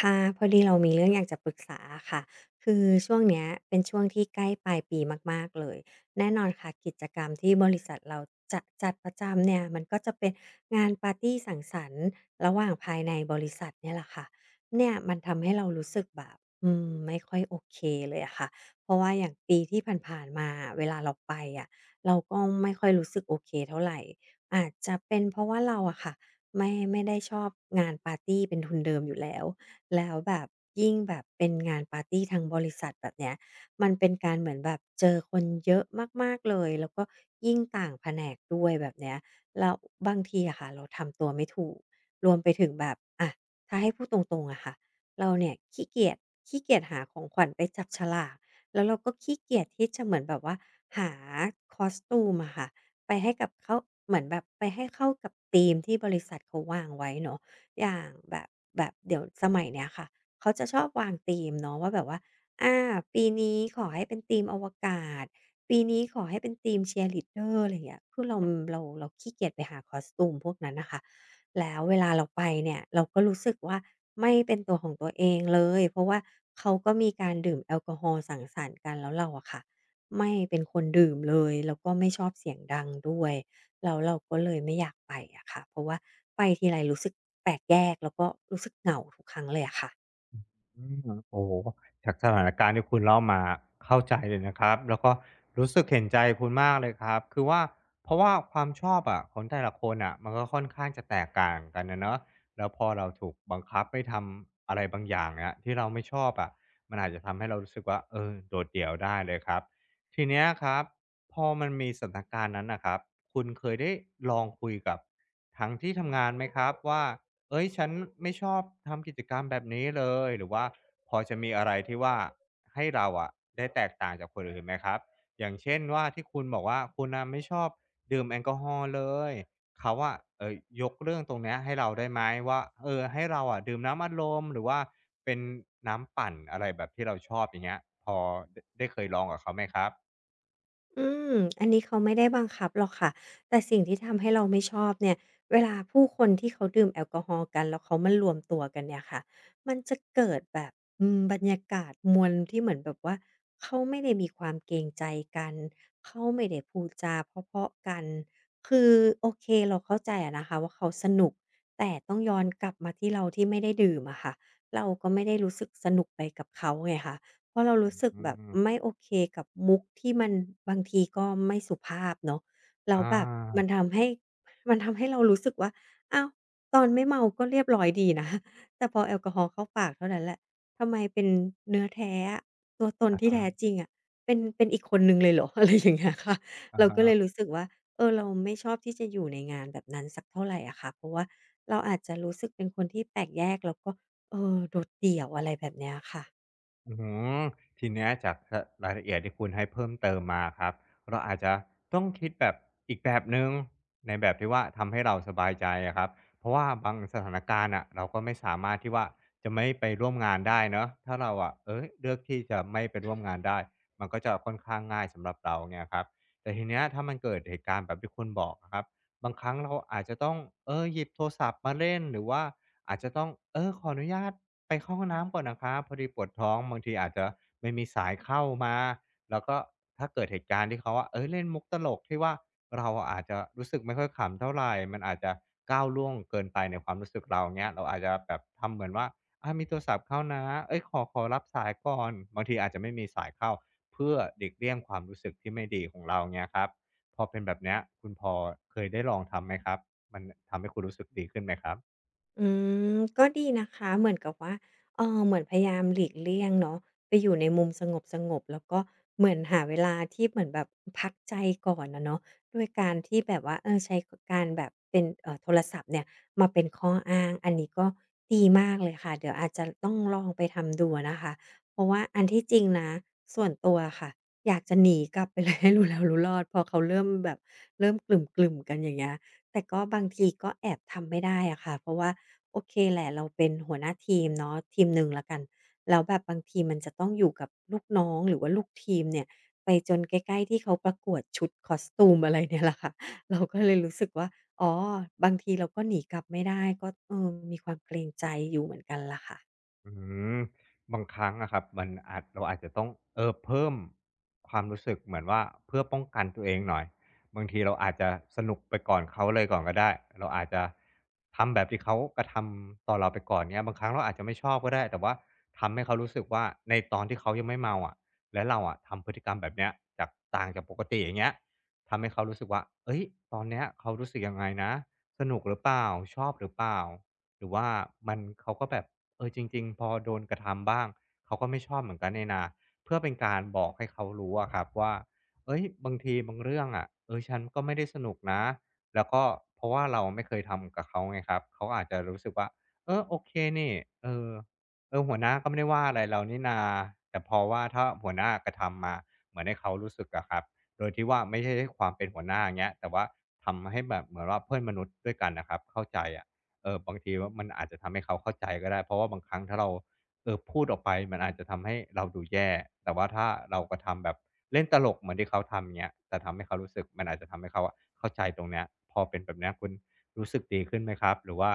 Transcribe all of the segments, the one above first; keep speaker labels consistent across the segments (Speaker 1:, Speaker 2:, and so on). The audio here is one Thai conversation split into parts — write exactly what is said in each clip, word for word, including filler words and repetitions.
Speaker 1: ค่ะพอดีเรามีเรื่องอยากจะปรึกษาค่ะคือช่วงเนี้ยเป็นช่วงที่ใกล้ปลายปีมากๆเลยแน่นอนค่ะกิจกรรมที่บริษัทเราจะจัดประจำเนี่ยมันก็จะเป็นงานปาร์ตีสังสรรค์ระหว่างภายในบริษัทเนี่ยแหละค่ะเนี่ยมันทำให้เรารู้สึกแบบอืมไม่ค่อยโอเคเลยอะค่ะเพราะว่าอย่างปีที่ผ่านๆมาเวลาเราไปอะเราก็ไม่ค่อยรู้สึกโอเคเท่าไรอาจจะเป็นเพราะว่าเราอะค่ะไม่ไม่ได้ชอบงานปาร์ตีเป็นทุนเดิมอยู่แล้ว แล้วแบบยิ่งแบบเป็นงานปาร์ตีทางบริษัทแบบเนี้ยมันเป็นการเหมือนแบบเจอคนเยอะมากๆเลยแล้วก็ยิ่งต่างแผนกด้วยแบบเนี้ยแล้วบางทีอะค่ะเราทำตัวไม่ถูกรวมไปถึงแบบอะถ้าให้พูดตรงๆอะค่ะเราเนี่ยขี้เกียจขี้เกียจหาของขวัญไปจับฉลากแล้วเราก็ขี้เกียจที่จะเหมือนแบบว่าหาคอสตูมอะค่ะไปให้กับเข้าเหมือนแบบไปให้เข้ากับธีมที่บริษัทเขาวางไว้เนาะ อย่างแบบแบบเดี๋ยวสมัยเนี้ยค่ะเขาจะชอบวางธีมเนาะว่าแบบว่าอาปีนี้ขอให้เป็นธีมอวกาศปีนี้ขอให้เป็นธีม c ชียร์ล a ดเดอร์อะไรอย่างเงี้ยคือเราเราเราขี้เกียจไปหาคอสตูมพวกนั้นน่ะค่ะแล้วเวลาเราไปเนี่ยเราก็รู้สึกว่าไม่เป็นตัวของตัวเองเลยเพราะว่าเขาก็มีการดื่มแอลกอฮอล์สังสรรค์กันแล้วเราอะค่ะไม่เป็นคนดื่มเลยแล้วก็ไม่ชอบเสียงดังด้วย แล้วเราก็เลยไม่อยากไปอะค่ะเพราะว่าไปทีไรรู้สึกแปลกแยกแล้วก็รู้สึกเหงาทุกครั้งเลยอะค่ะ
Speaker 2: อืมโอ้โฮจากสถานการณ์ที่คุณเล่ามาเข้าใจเลยนะครับแล้วก็รู้สึกเห็นใจคุณมากเลยครับคือว่าเพราะว่าความชอบอะของแต่ละคนอ่ะมันก็ค่อนข้างจะแตกต่างกันอะเนาะแล้วพอเราถูกบังคับให้ทำอะไรบางอย่างอะที่เราไม่ชอบอะมันอาจจะทำให้เรารู้สึกว่าเออโดดเดี่ยวได้เลยครับทีเนี้ยครับพอมันมีสถานการณ์นั้นน่ะครับคุณเคยได้ลองคุยกับทางที่ทำงานไหมครับว่า เอ้ยฉันไม่ชอบทำกิจกรรมแบบนี้เลยหรือว่าพอจะมีอะไรที่ว่าให้เราอะได้แตกต่างจากคนอื่นไหมครับอย่างเช่นว่าที่คุณบอกว่าคุณน่ะไม่ชอบดื่มแอลกอฮอล์เลยเขาอะเอ่ยยกเรื่องตรงเนี้ยให้เราได้ไหมว่าเออให้เราอะดื่มน้ำอัดลมหรือว่าเป็นน้ำปั่นอะไรแบบที่เราชอบอย่างเงี้ยพอไดได้เคยลองกับเขาไหมครับ
Speaker 1: อืมอันนี้เขาไม่ได้บังคับหรอกค่ะแต่สิ่งที่ทำให้เราไม่ชอบเนี่ยเวลาผู้คนที่เขาดื่มแอลกอฮอล์กันแล้วเขามารวมตัวกันเนี่ยค่ะมันจะเกิดแบบอืมบรรยากาศมวลที่เหมือนแบบว่าเขาไม่ได้มีความเกรงใจกันเขาไม่ได้พูดจาเพราะๆกันคือโอเคเราเข้าใจอะนะคะว่าเขาสนุกแต่ต้องย้อนกลับมาที่เราที่ไม่ได้ดื่มอะค่ะเราก็ไม่ได้รู้สึกสนุกไปกับเขาไงคะ เพราะเรารู้สึก
Speaker 2: อื
Speaker 1: แบบ
Speaker 2: ม
Speaker 1: ไม่โอเคกับมุกที่มันบางทีก็ไม่สุภาพเนาะแล้
Speaker 2: อ
Speaker 1: วแบบมัน
Speaker 2: า
Speaker 1: ทำให้มันทำให้เรารู้สึกว่าอ้าวตอนไม่เมาก็เรียบร้อยดีนะ แต่พอแอลกอฮอล์เข้าปากเท่านั้นแหละทำไมเป็นเนื้อแท้อะตัวตนที่แท้จริงอะเป็นเป็นอีกคนหนึ่งเลยเหรอ อะไรอย่างเงี้ยค่ะ
Speaker 2: อะ
Speaker 1: เราก็เลย
Speaker 2: ฮะ
Speaker 1: รู้สึกว่าเออเราไม่ชอบที่จะอยู่ในงานแบบนั้นสักเท่าไรอะค่ะเพราะว่าเราอาจจะรู้สึกเป็นคนที่แปลกแยกแล้วก็เออโดดเดี่ยวอะไรแบบเนี้ยค่ะ
Speaker 2: อืมทีเนี้ยจากรรายละเอียดที่คุณให้เพิ่มเติมมาครับเราอาจจะต้องคิดแบบอีกแบบหนึ่งในแบบที่ว่าทำให้เราสบายใจอะครับเพราะว่าบางสถานการณ์น่ะเราก็ไม่สามารถที่ว่าจะไม่ไปร่วมงานได้เนาะถ้าเราอะเอ๊ยเลือกที่จะไม่ไปร่วมงานได้มันก็จะค่อนข้างง่ายสำหรับเราเนี่ยครับแต่ทีเนี้ยถ้ามันเกิดเหตุการณ์แบบที่คุณบอกอะครับบางครั้งเราอาจจะต้องเออหยิบโทรศัพท์มาเล่นหรือว่าอาจจะต้องเออขออนุญาต ไปเข้าห้องน้ำก่อนนะครับพอดีปวดท้องบางทีอาจจะไม่มีสายเข้ามาแล้วก็ถ้าเกิดเหตุการณ์ที่เขาอะเฮ้ยเล่นมุกตลกที่ว่าเราอะอาจจะรู้สึกไม่ค่อยขำเท่าไรมันอาจจะก้าวล่วงเกินไปในความรู้สึกเราเงี้ยเราอาจจะแบบทำเหมือนว่าอามีโทรศัพท์เข้านะเฮ้ยขอขอรับสายก่อนบางทีอาจจะไม่มีสายเข้าเพื่อหลีกเลี่ยงความรู้สึกที่ไม่ดีของเราเงี้ยครับพอเป็นแบบเนี้ยคุณพอเคยได้ลองทำไหมครับมันทำให้คุณรู้สึกดีขึ้นไหมครับ
Speaker 1: อืมก็ดีนะคะเหมือนกับว่าเออเหมือนพยายามหลีกเลี่ยงเนาะไปอยู่ในมุมสงบๆแล้วก็เหมือนหาเวลาที่เหมือนแบบพักใจก่อนอะเนาะด้วยการที่แบบว่าเออใช้กการแบบเป็นเอ่อโทรศัพท์เนี่ยมาเป็นข้ออ้างอันนี้ก็ดีมากเลยค่ะเดี๋ยวอาจจะต้องลองไปทำดูอะนะคะเพราะว่าอันที่จริงนะส่วนตัวอะค่ะอยากจะหนีกลับไปเลย ให้รู้แล้วรู้รอดพอเขาเริ่มแบบเริ่มกลุ่มๆกันอย่างเงี้ย แต่ก็บางทีก็แอบทำไม่ได้อะค่ะเพราะว่าโอเคแหละเราเป็นหัวหน้าทีมเนาะทีมหนึ่งแล้วกันแล้วแบบบางทีมันจะต้องอยู่กับลูกน้องหรือว่าลูกทีมเนี่ยไปจนใกล้ๆที่เขาประกวดชุด costume อะไรเนี่ยแหละค่ะ เราก็เลยรู้สึกว่าอ๋อบางทีเราก็หนีกลับไม่ได้ก็เออมีความเกรงใจอยู่เหมือนกันล่ะค่ะ
Speaker 2: อืมบางครั้งอะครับมันอาจเราอาจจะต้องเออเพิ่มความรู้สึกเหมือนว่าเพื่อป้องกันตัวเองหน่อยบางทีเราอาจจะสนุกไปก่อนเขาเลยก่อนก็ได้เราอาจจะทำแบบที่เขากระทำต่อเราไปก่อนเนี้ยบางครั้งเราอาจจะไม่ชอบก็ได้แต่ว่าทำให้เขารู้สึกว่าในตอนที่เขายังไม่เมาอะแล้วเราอะทำพฤติกรรมแบบเนี้ยจากต่างจากปกติอย่างเงี้ยทำให้เขารู้สึกว่าเอ้ยตอนเนี้ยเขารู้สึกยังไงนะสนุกหรือเปล่าชอบหรือเปล่า หรือว่ามันเขาก็แบบเออจริงๆพอโดนกระทำบ้างเขาก็ไม่ชอบเหมือนกันเนี่นาเพื่อเป็นการบอกให้เขารู้อะครับว่าเอ้ยบางทีบางเรื่องอะเออฉันก็ไม่ได้สนุกนะแล้วก็เพราะว่าเราไม่เคยทำกับเขาไงครับเขาอาจจะรู้สึกว่าเออโอเคนี่เออเออหัวหน้าก็ไม่ได้ว่าอะไรเรานี่นาแต่เพอว่าถ้าหัวหน้ากระทำมาเหมือนให้เขารู้สึกอะครับโดยที่ว่าไม่ใช่ความเป็นหัวหน้าอย่างเงี้ยแต่ว่าทำให้แบบเหมือนว่าเพื่อนมนุษย์ด้วยกันนะครับเข้าใจอะ เออบางทีว่ามันอาจจะทำให้เขาเข้าใจก็ได้เพราะว่าบางครั้งถ้าเราเออพูดออกไปมันอาจจะทำให้เราดูแย่แต่ว่าถ้าเรากระทำแบบเล่นตลกเหมือนที่เขาทำเงี้ยจะทำให้เขารู้สึกมันอาจจะทำให้เขาอะเข้าใจตรงเนี้ยพอเป็นแบบเนี้ยคุณรู้สึกดีขึ้นไหมครับหรือว่า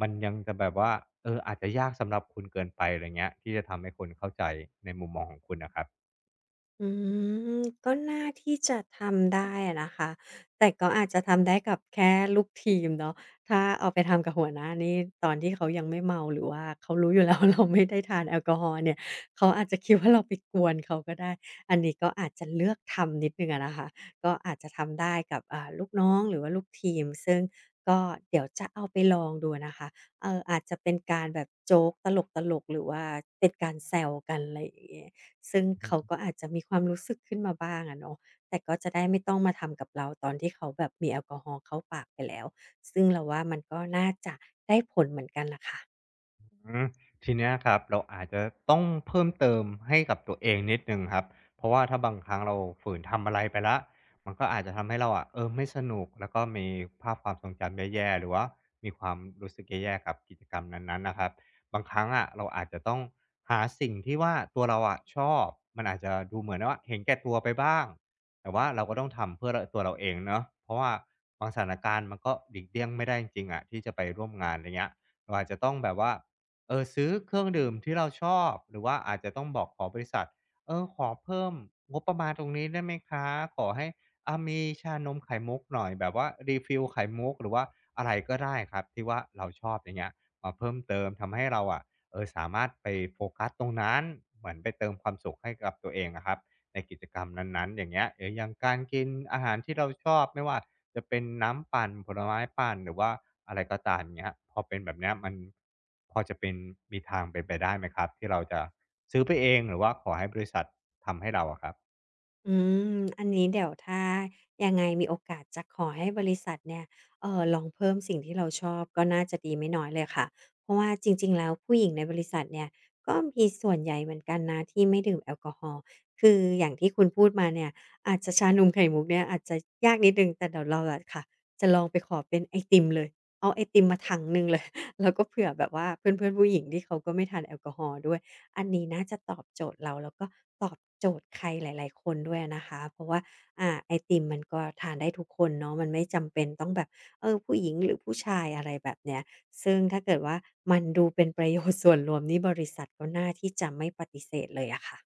Speaker 2: มันยังจะแบบว่าเอออาจจะยากสำหรับคุณเกินไปอะไรเงี้ยที่จะทำให้คนเข้าใจในมุมมองของคุณน่ะครับ
Speaker 1: อืมก็น่าที่จะทำได้อะนะคะแต่ก็อาจจะทำได้กับแค่ลูกทีมเนาะถ้าเอาไปทำกับหัวหน้านี่ตอนที่เขายังไม่เมาหรือว่าเขารู้อยู่แล้ว เราไม่ได้ทานแอลกอฮอล์เนี่ยเขาอาจจะคิดว่าเราไปกวนเขาก็ได้อันนี้ก็อาจจะเลือกทำนิดหนึ่งอะนะคะก็อาจจะทำได้กับอ่าลูกน้องหรือว่าลูกทีมซึ่งก็เดี๋ยวจะเอาไปลองดูนะคะเอ่ออาจจะเป็นการแบบโจ๊กตลกๆหรือว่าเป็นการแซวกันไรอย่างเงี้ย ซึ่งเขาก็อาจจะมีความรู้สึกขึ้นมาบ้างอะเนาะแต่ก็จะได้ไม่ต้องมาทำกับเราตอนที่เขาแบบมีแอลกอฮอล์เข้าปากไปแล้ว ซึ่งเราว่ามันก็น่าจะได้ผลเหมือนกันล่ะค่ะ
Speaker 2: อืมทีเนี้ยครับเราอาจจะต้องเพิ่มเติมให้กับตัวเองนิดนึงครับเพราะว่าถ้าบางครั้งเราฝืนทำอะไรไปละมันก็อาจจะทำให้เราอะเออไม่สนุกแล้วก็มีภาพความทรงจำแย่ๆหรือว่ามีความรู้สึกแย่ๆกับกิจกรรมนั้นๆนะครับบางครั้งอะเราอาจจะต้องหาสิ่งที่ว่าตัวเราอะชอบมันอาจจะดูเหมือนว่าเห็นแก่ตัวไปบ้างแต่ว่าเราก็ต้องทำเพื่อตัวเราเองเนาะเพราะว่าบางสถานการณ์มันก็หลีกเลี่ยงไม่ได้จริงๆอะที่จะไปร่วมงานอะไรเงี้ยเราอาจจะต้องแบบว่า เออซื้อเครื่องดื่มที่เราชอบหรือว่าอาจจะต้องบอกขอบริษัทเออขอเพิ่มงบประมาณตรงนี้ได้ไหมคะขอให้อามีชานมไข่มุกหน่อยแบบว่ารีฟิลไข่มุกหรือว่าอะไรก็ได้ครับที่ว่าเราชอบอย่างเงี้ยมาเพิ่มเติมทำให้เราอะเออสามารถไปโฟกัสตรงนั้นเหมือนไปเติมความสุขให้กับตัวเองอะครับในกิจกรรมนั้นๆอย่างเงี้ยหรืออย่างการกินอาหารที่เราชอบไม่ว่า จะเป็นน้ำปั่นผลไม้ปั่นหรือว่าอะไรก็ตามอย่างเงี้ยพอเป็นแบบเนี้ยมันพอจะเป็นมีทางเป็นไปได้ไหมครับที่เราจะซื้อไปเองหรือว่าขอให้บริษัททำให้เราอะครับ
Speaker 1: อืมอันนี้เดี๋ยวถ้ายังไงมีโอกาสจะขอให้บริษัทเนี่ยเอ่อลองเพิ่มสิ่งที่เราชอบก็น่าจะดีไม่น้อยเลยค่ะเพราะว่าจริงๆแล้วผู้หญิงในบริษัทเนี่ยก็มีส่วนใหญ่เหมือนกันนะที่ไม่ดื่มแอลกอฮอล์คืออย่างที่คุณพูดมาเนี่ยอาจจะชานมไข่มุกเนี่ยอาจจะยากนิดหนึ่งแต่เดี๋ยวเราอะค่ะจะลองไปขอเป็นไอติมเลยเอาไอติมมาถังหนึ่งเลย แล้วก็เผื่อแบบว่าเพื่อนๆผู้หญิงที่เขาก็ไม่ทานแอลกอฮอล์ด้วย อันนี้น่าจะตอบโจทย์เราแล้วก็ตอบโจทย์ใครหลายๆคนด้วยอะนะคะเพราะว่าอ่าไอติมมันก็ทานได้ทุกคนเนาะมันไม่จำเป็นต้องแบบเออผู้หญิงหรือผู้ชายอะไรแบบเนี้ยซึ่งถ้าเกิดว่ามันดูเป็นประโยชน์ ส่วนรวมนี่บริษัทก็น่าที่จะไม่ปฏิเสธเลยอะค่ะ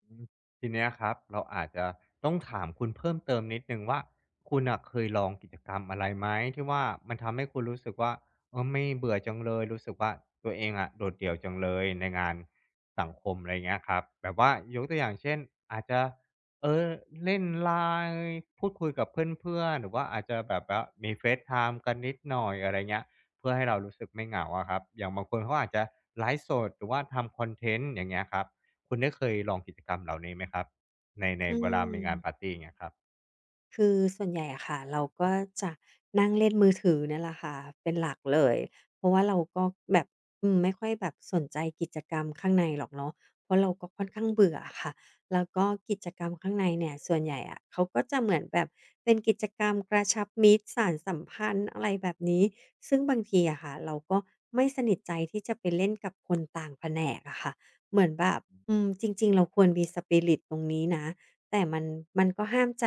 Speaker 2: อืมทีเนี้ยครับเราอาจจะต้องถามคุณเพิ่มเติมนิดหนึ่งว่าคุณน่ะเคยลองกิจกรรมอะไรไหมที่ว่ามันทำให้คุณรู้สึกว่าเออไม่เบื่อจังเลยรู้สึกว่าตัวเองอะโดดเดี่ยวจังเลยในงานสังคมอะไรเงี้ยครับแบบว่ายกตัวอย่างเช่นอาจจะเออเล่น ไลน์ พูดคุยกับเพื่อนๆหรือว่าอาจจะแบบว่ามี FaceTime กันนิดหน่อยอะไรเงี้ยเพื่อให้เรารู้สึกไม่เหงาอะครับอย่างบางคนเขาอาจจะไลฟ์สดหรือว่าทำคอนเทนต์อย่างเงี้ยครับ คุณได้เคยลองกิจกรรมเหล่านี้ไหมครับในใน
Speaker 1: อื
Speaker 2: เวลามีงานปา
Speaker 1: ม
Speaker 2: ร์ตีอย่างเงี้ยครับ
Speaker 1: คือส่วนใหญ่อะค่ะเราก็จะนั่งเล่นมือถือเนี่ยแหละค่ะเป็นหลักเลยเพราะว่าเราก็แบบอืมไม่ค่อยแบบสนใจกิจกรรมข้างในหรอกเนาะเพราะเราก็ค่อนข้างเบื่ออะค่ะแล้วก็กิจกรรมข้างในเนี่ยส่วนใหญ่อะเขาก็จะเหมือนแบบเป็นกิจกรรมกระชับมิตรสานสัมพันธ์อะไรแบบนี้ซึ่งบางทีอะค่ะเราก็ไม่สนิทใจที่จะไปเล่นกับคนต่างแผนกอะค่ะเหมือนแบบอืมจริงๆเราควรมี spirit ตรงนี้นะ แต่มันมันก็ห้ามใจ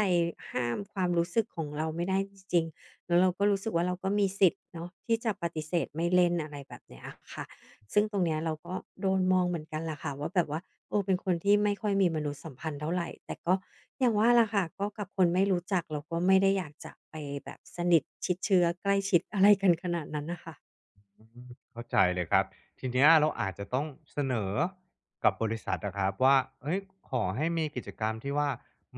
Speaker 1: ห้ามความรู้สึกของเราไม่ได้จริงๆแล้วเราก็รู้สึกว่าเราก็มีสิทธิ์เนาะที่จะปฏิเสธไม่เล่นอะไรแบบเนี้ยอะค่ะซึ่งตรงเนี้ยเราก็โดนมองเหมือนกันแหละค่ะว่าแบบว่าเออเป็นคนที่ไม่ค่อยมีมนุษยสัมพันธ์เท่าไรแต่ก็อย่างว่าล่ะค่ะก็กับคนไม่รู้จักเราก็ไม่ได้อยากจะไปแบบสนิทชิดเชื้อใกล้ชิดอะไรกันขนาดนั้นน่ะค่ะ
Speaker 2: อืมเข้าใจเลยครับทีเนี้ยเราอาจจะต้องเสนอกับบริษัทนะครับว่าเฮ้ยขอให้มีกิจกรรมที่ว่า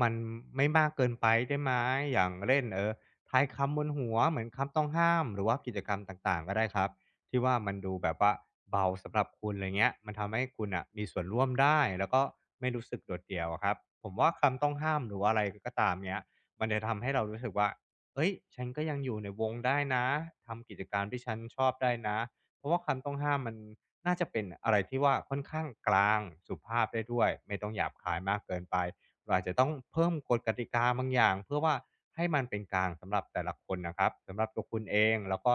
Speaker 2: มันไม่มากเกินไปได้ไหมอย่างเล่นเออทายคำบนหัวเหมือนคำต้องห้ามหรือว่ากิจกรรมต่างๆก็ได้ครับที่ว่ามันดูแบบว่าเบาสำหรับคุณอะไรเงี้ยมันทำให้คุณอ่ะมีส่วนร่วมได้แล้วก็ไม่รู้สึกโดดเดี่ยวอะครับผมว่าคำต้องห้ามหรือว่าอะไรก็ตามเนี้ยมันจะทำให้เรารู้สึกว่า เฮ้ยฉันก็ยังอยู่ในวงได้นะ ทำกิจกรรมที่ฉันชอบได้นะ เพราะว่าคำต้องห้ามมันน่าจะเป็นอะไรที่ว่าค่อนข้างกลางสุภาพได้ด้วย ไม่ต้องหยาบคายมากเกินไปเราอาจจะต้องเพิ่มกฎกติกาบางอย่างเพื่อว่าให้มันเป็นกลางสำหรับแต่ละคนนะครับ สำหรับตัวคุณเองแล้วก็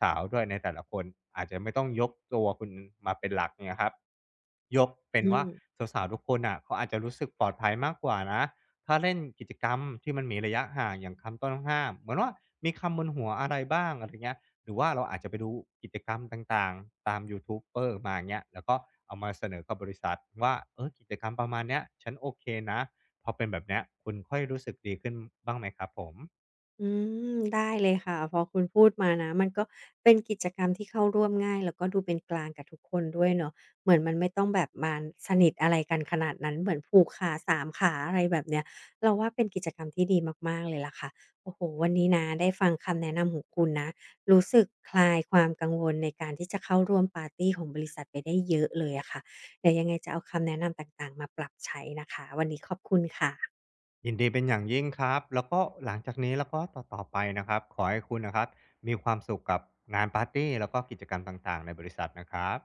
Speaker 2: สาวๆด้วยในแต่ละคน อาจจะไม่ต้องยกตัวคุณมาเป็นหลักเนี่ยครับยกเป็น
Speaker 1: อื
Speaker 2: ว่า
Speaker 1: ม
Speaker 2: สาวๆทุกคนอ่ะเขาอาจจะรู้สึกปลอดภัยมากกว่านะ ถ้าเล่นกิจกรรมที่มันมีระยะห่างอย่างคำต้องห้ามเหมือนว่ามีคำบนหัวอะไรบ้างอะไรเงี้ยหรือว่าเราอาจจะไปดูกิจกรรมต่างๆตามยูทูบเบอร์มาเงี้ยแล้วก็เอามาเสนอกับบริษัทว่าเออกิจกรรมประมาณเนี้ยฉันโอเคนะพอเป็นแบบเนี้ยคุณค่อยรู้สึกดีขึ้นบ้างไหมครับผม
Speaker 1: อืมได้เลยค่ะพอคุณพูดมานะมันก็เป็นกิจกรรมที่เข้าร่วมง่ายแล้วก็ดูเป็นกลางกับทุกคนด้วยเนาะเหมือนมันไม่ต้องแบบมาสนิทอะไรกันขนาดนั้นเหมือนผูกขาสามขาอะไรแบบเนี้ยเราว่าเป็นกิจกรรมที่ดีมากๆเลยล่ะค่ะโอ้โฮวันนี้นะได้ฟังคำแนะนำของคุณนะรู้สึกคลายความกังวลในการที่จะเข้าร่วมปาร์ตีของบริษัทไปได้เยอะเลยอะค่ะเดี๋ยวยังไงจะเอาคำแนะนำต่างๆมาปรับใช้นะคะวันนี้ขอบคุณค่ะ
Speaker 2: ยินดีเป็นอย่างยิ่งครับแล้วก็หลังจากนี้แล้วก็ต่อๆไปนะครับขอให้คุณนะครับมีความสุขกับงานปาร์ตีแล้วก็กิจกรรมต่างๆในบริษัทนะครับ